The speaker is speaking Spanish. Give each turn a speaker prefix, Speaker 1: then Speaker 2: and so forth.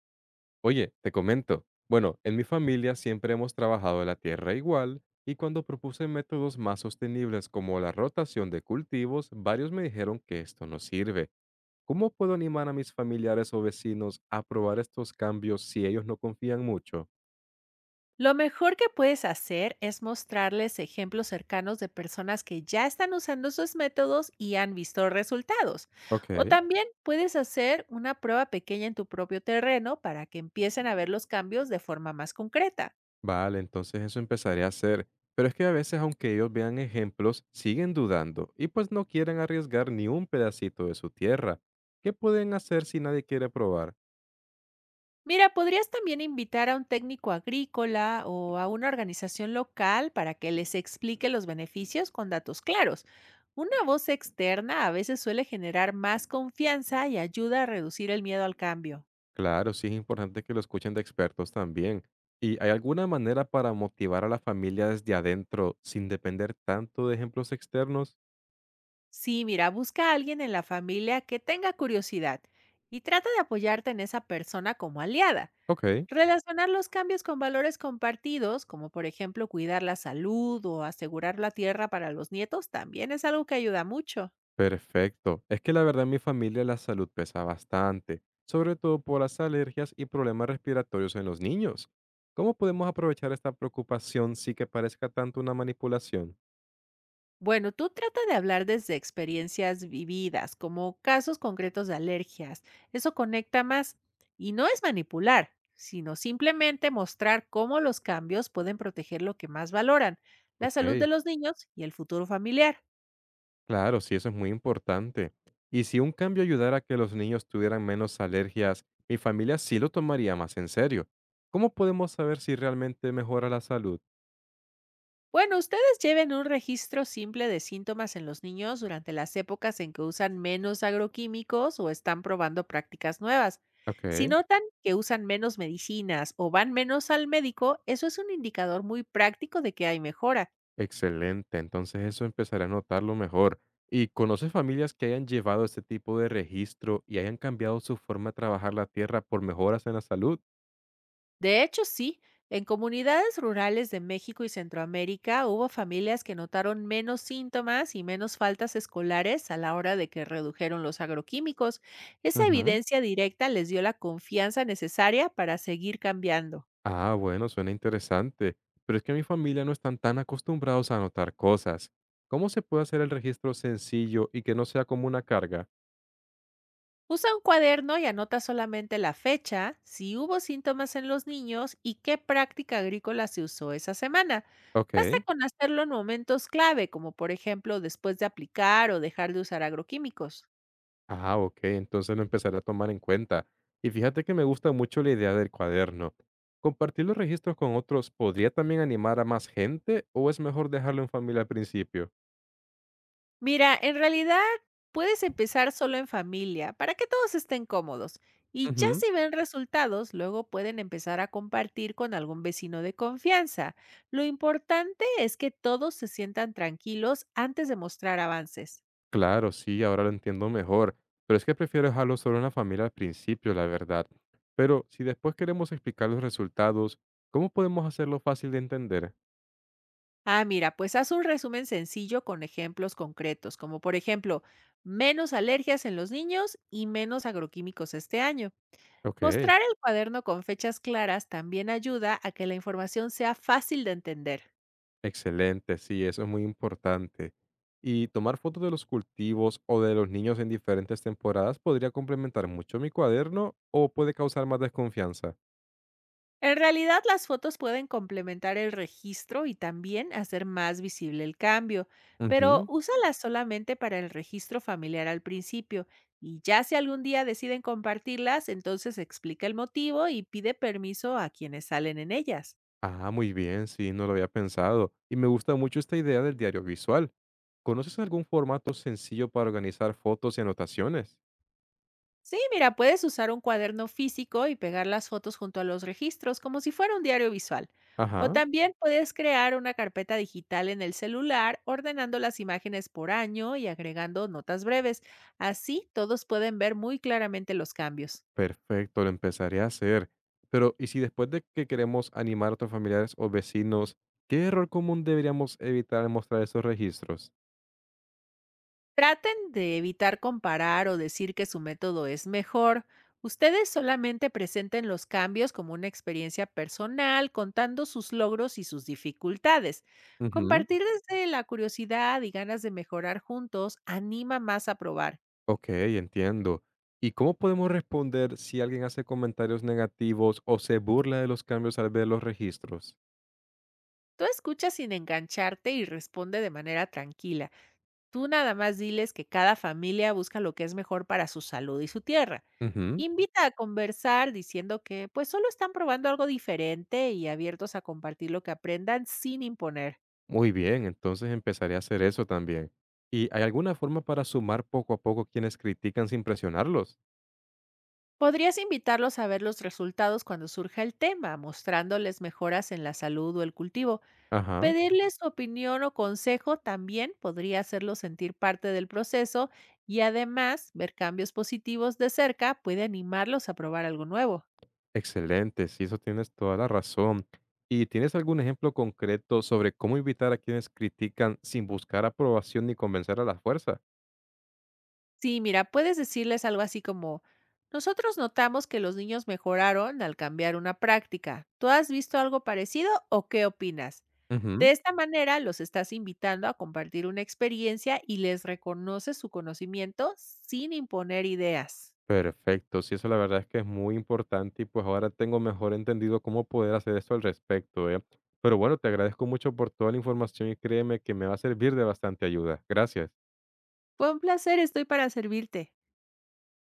Speaker 1: Oye, te comento. Bueno, en mi familia siempre hemos trabajado la tierra igual y cuando propuse métodos más sostenibles como la rotación de cultivos, varios me dijeron que esto no sirve. ¿Cómo puedo animar a mis familiares o vecinos a probar estos cambios si ellos no confían mucho?
Speaker 2: Lo mejor que puedes hacer es mostrarles ejemplos cercanos de personas que ya están usando sus métodos y han visto resultados.
Speaker 1: Ok,
Speaker 2: O también puedes hacer una prueba pequeña en tu propio terreno para que empiecen a ver los cambios de forma más concreta.
Speaker 1: vale, entonces eso empezaré a hacer. Pero es que a veces, aunque ellos vean ejemplos, siguen dudando y pues no quieren arriesgar ni un pedacito de su tierra. ¿Qué pueden hacer si nadie quiere probar?
Speaker 2: Mira, podrías también invitar a un técnico agrícola o a una organización local para que les explique los beneficios con datos claros. Una voz externa a veces suele generar más confianza y ayuda a reducir el miedo al cambio.
Speaker 1: Claro, sí es importante que lo escuchen de expertos también. ¿Y hay alguna manera para motivar a la familia desde adentro sin depender tanto de ejemplos externos?
Speaker 2: Sí, mira, busca a alguien en la familia que tenga curiosidad y trata de apoyarte en esa persona como aliada.
Speaker 1: Ok,
Speaker 2: Relacionar los cambios con valores compartidos, como por ejemplo cuidar la salud o asegurar la tierra para los nietos, también es algo que ayuda mucho.
Speaker 1: perfecto. Es que la verdad en mi familia la salud pesa bastante, sobre todo por las alergias y problemas respiratorios en los niños. ¿Cómo podemos aprovechar esta preocupación sin que parezca tanto una manipulación?
Speaker 2: Bueno, tú trata de hablar desde experiencias vividas, como casos concretos de alergias. Eso conecta más y no es manipular, sino simplemente mostrar cómo los cambios pueden proteger lo que más valoran, la
Speaker 1: Ok.
Speaker 2: salud de los niños y el futuro familiar.
Speaker 1: Claro, sí, eso es muy importante. Y si un cambio ayudara a que los niños tuvieran menos alergias, mi familia sí lo tomaría más en serio. ¿Cómo podemos saber si realmente mejora la salud?
Speaker 2: Bueno, ustedes lleven un registro simple de síntomas en los niños durante las épocas en que usan menos agroquímicos o están probando prácticas nuevas. Si
Speaker 1: Ok,
Speaker 2: notan que usan menos medicinas o van menos al médico, eso es un indicador muy práctico de que hay mejora.
Speaker 1: excelente. Entonces eso empezaré a notarlo mejor. ¿Y conoces familias que hayan llevado este tipo de registro y hayan cambiado su forma de trabajar la tierra por mejoras en la salud?
Speaker 2: De hecho, sí. En comunidades rurales de México y Centroamérica hubo familias que notaron menos síntomas y menos faltas escolares a la hora de que redujeron los agroquímicos. Esa
Speaker 1: Ujú.
Speaker 2: evidencia directa les dio la confianza necesaria para seguir cambiando.
Speaker 1: Ah, bueno, suena interesante, pero es que mi familia no están tan acostumbrados a anotar cosas. ¿Cómo se puede hacer el registro sencillo y que no sea como una carga?
Speaker 2: Usa un cuaderno y anota solamente la fecha, si hubo síntomas en los niños y qué práctica agrícola se usó esa semana. Basta
Speaker 1: Ok.
Speaker 2: con hacerlo en momentos clave, como por ejemplo después de aplicar o dejar de usar agroquímicos.
Speaker 1: Ah, ok, entonces lo empezaré a tomar en cuenta. Y fíjate que me gusta mucho la idea del cuaderno. ¿Compartir los registros con otros podría también animar a más gente o es mejor dejarlo en familia al principio?
Speaker 2: Mira, en realidad puedes empezar solo en familia para que todos estén cómodos y ya
Speaker 1: Ujú.
Speaker 2: si ven resultados, luego pueden empezar a compartir con algún vecino de confianza. Lo importante es que todos se sientan tranquilos antes de mostrar avances.
Speaker 1: Claro, sí, ahora lo entiendo mejor, pero es que prefiero dejarlo solo en la familia al principio, la verdad. Pero si después queremos explicar los resultados, ¿cómo podemos hacerlo fácil de entender?
Speaker 2: Ah, mira, pues haz un resumen sencillo con ejemplos concretos, como por ejemplo, menos alergias en los niños y menos agroquímicos este año.
Speaker 1: Ok,
Speaker 2: Mostrar el cuaderno con fechas claras también ayuda a que la información sea fácil de entender.
Speaker 1: excelente, sí, eso es muy importante. Y tomar fotos de los cultivos o de los niños en diferentes temporadas podría complementar mucho mi cuaderno o puede causar más desconfianza.
Speaker 2: En realidad, las fotos pueden complementar el registro y también hacer más visible el cambio, pero
Speaker 1: Ujú.
Speaker 2: úsalas solamente para el registro familiar al principio. Y ya si algún día deciden compartirlas, entonces explica el motivo y pide permiso a quienes salen en ellas.
Speaker 1: Ah, muy bien, sí, no lo había pensado. Y me gusta mucho esta idea del diario visual. ¿Conoces algún formato sencillo para organizar fotos y anotaciones?
Speaker 2: Sí, mira, puedes usar un cuaderno físico y pegar las fotos junto a los registros como si fuera un diario visual. O
Speaker 1: Ajá,
Speaker 2: también puedes crear una carpeta digital en el celular ordenando las imágenes por año y agregando notas breves. Así todos pueden ver muy claramente los cambios.
Speaker 1: perfecto, lo empezaré a hacer. Pero, ¿y si después de que queremos animar a otros familiares o vecinos, qué error común deberíamos evitar al mostrar esos registros?
Speaker 2: Traten de evitar comparar o decir que su método es mejor. Ustedes solamente presenten los cambios como una experiencia personal, contando sus logros y sus dificultades.
Speaker 1: Ujú,
Speaker 2: Compartir desde la curiosidad y ganas de mejorar juntos anima más a probar.
Speaker 1: ok, entiendo. ¿Y cómo podemos responder si alguien hace comentarios negativos o se burla de los cambios al ver los registros?
Speaker 2: Tú escuchas sin engancharte y responde de manera tranquila. Tú nada más diles que cada familia busca lo que es mejor para su salud y su tierra.
Speaker 1: Ujú.
Speaker 2: Invita a conversar diciendo que pues solo están probando algo diferente y abiertos a compartir lo que aprendan sin imponer.
Speaker 1: Muy bien, entonces empezaré a hacer eso también. ¿Y hay alguna forma para sumar poco a poco quienes critican sin presionarlos?
Speaker 2: Podrías invitarlos a ver los resultados cuando surja el tema, mostrándoles mejoras en la salud o el cultivo.
Speaker 1: Ajá,
Speaker 2: Pedirles su opinión o consejo también podría hacerlos sentir parte del proceso y además ver cambios positivos de cerca puede animarlos a probar algo nuevo.
Speaker 1: excelente, sí, eso tienes toda la razón. ¿Y tienes algún ejemplo concreto sobre cómo invitar a quienes critican sin buscar aprobación ni convencer a la fuerza?
Speaker 2: Sí, mira, puedes decirles algo así como, nosotros notamos que los niños mejoraron al cambiar una práctica. ¿Tú has visto algo parecido o qué opinas? De
Speaker 1: Ujú.
Speaker 2: esta manera los estás invitando a compartir una experiencia y les reconoces su conocimiento sin imponer ideas.
Speaker 1: Perfecto, sí, eso la verdad es que es muy importante y pues ahora tengo mejor entendido cómo poder hacer esto al respecto, ¿eh? Pero bueno, te agradezco mucho por toda la información y créeme que me va a servir de bastante ayuda. Gracias.
Speaker 2: Fue un placer, estoy para servirte.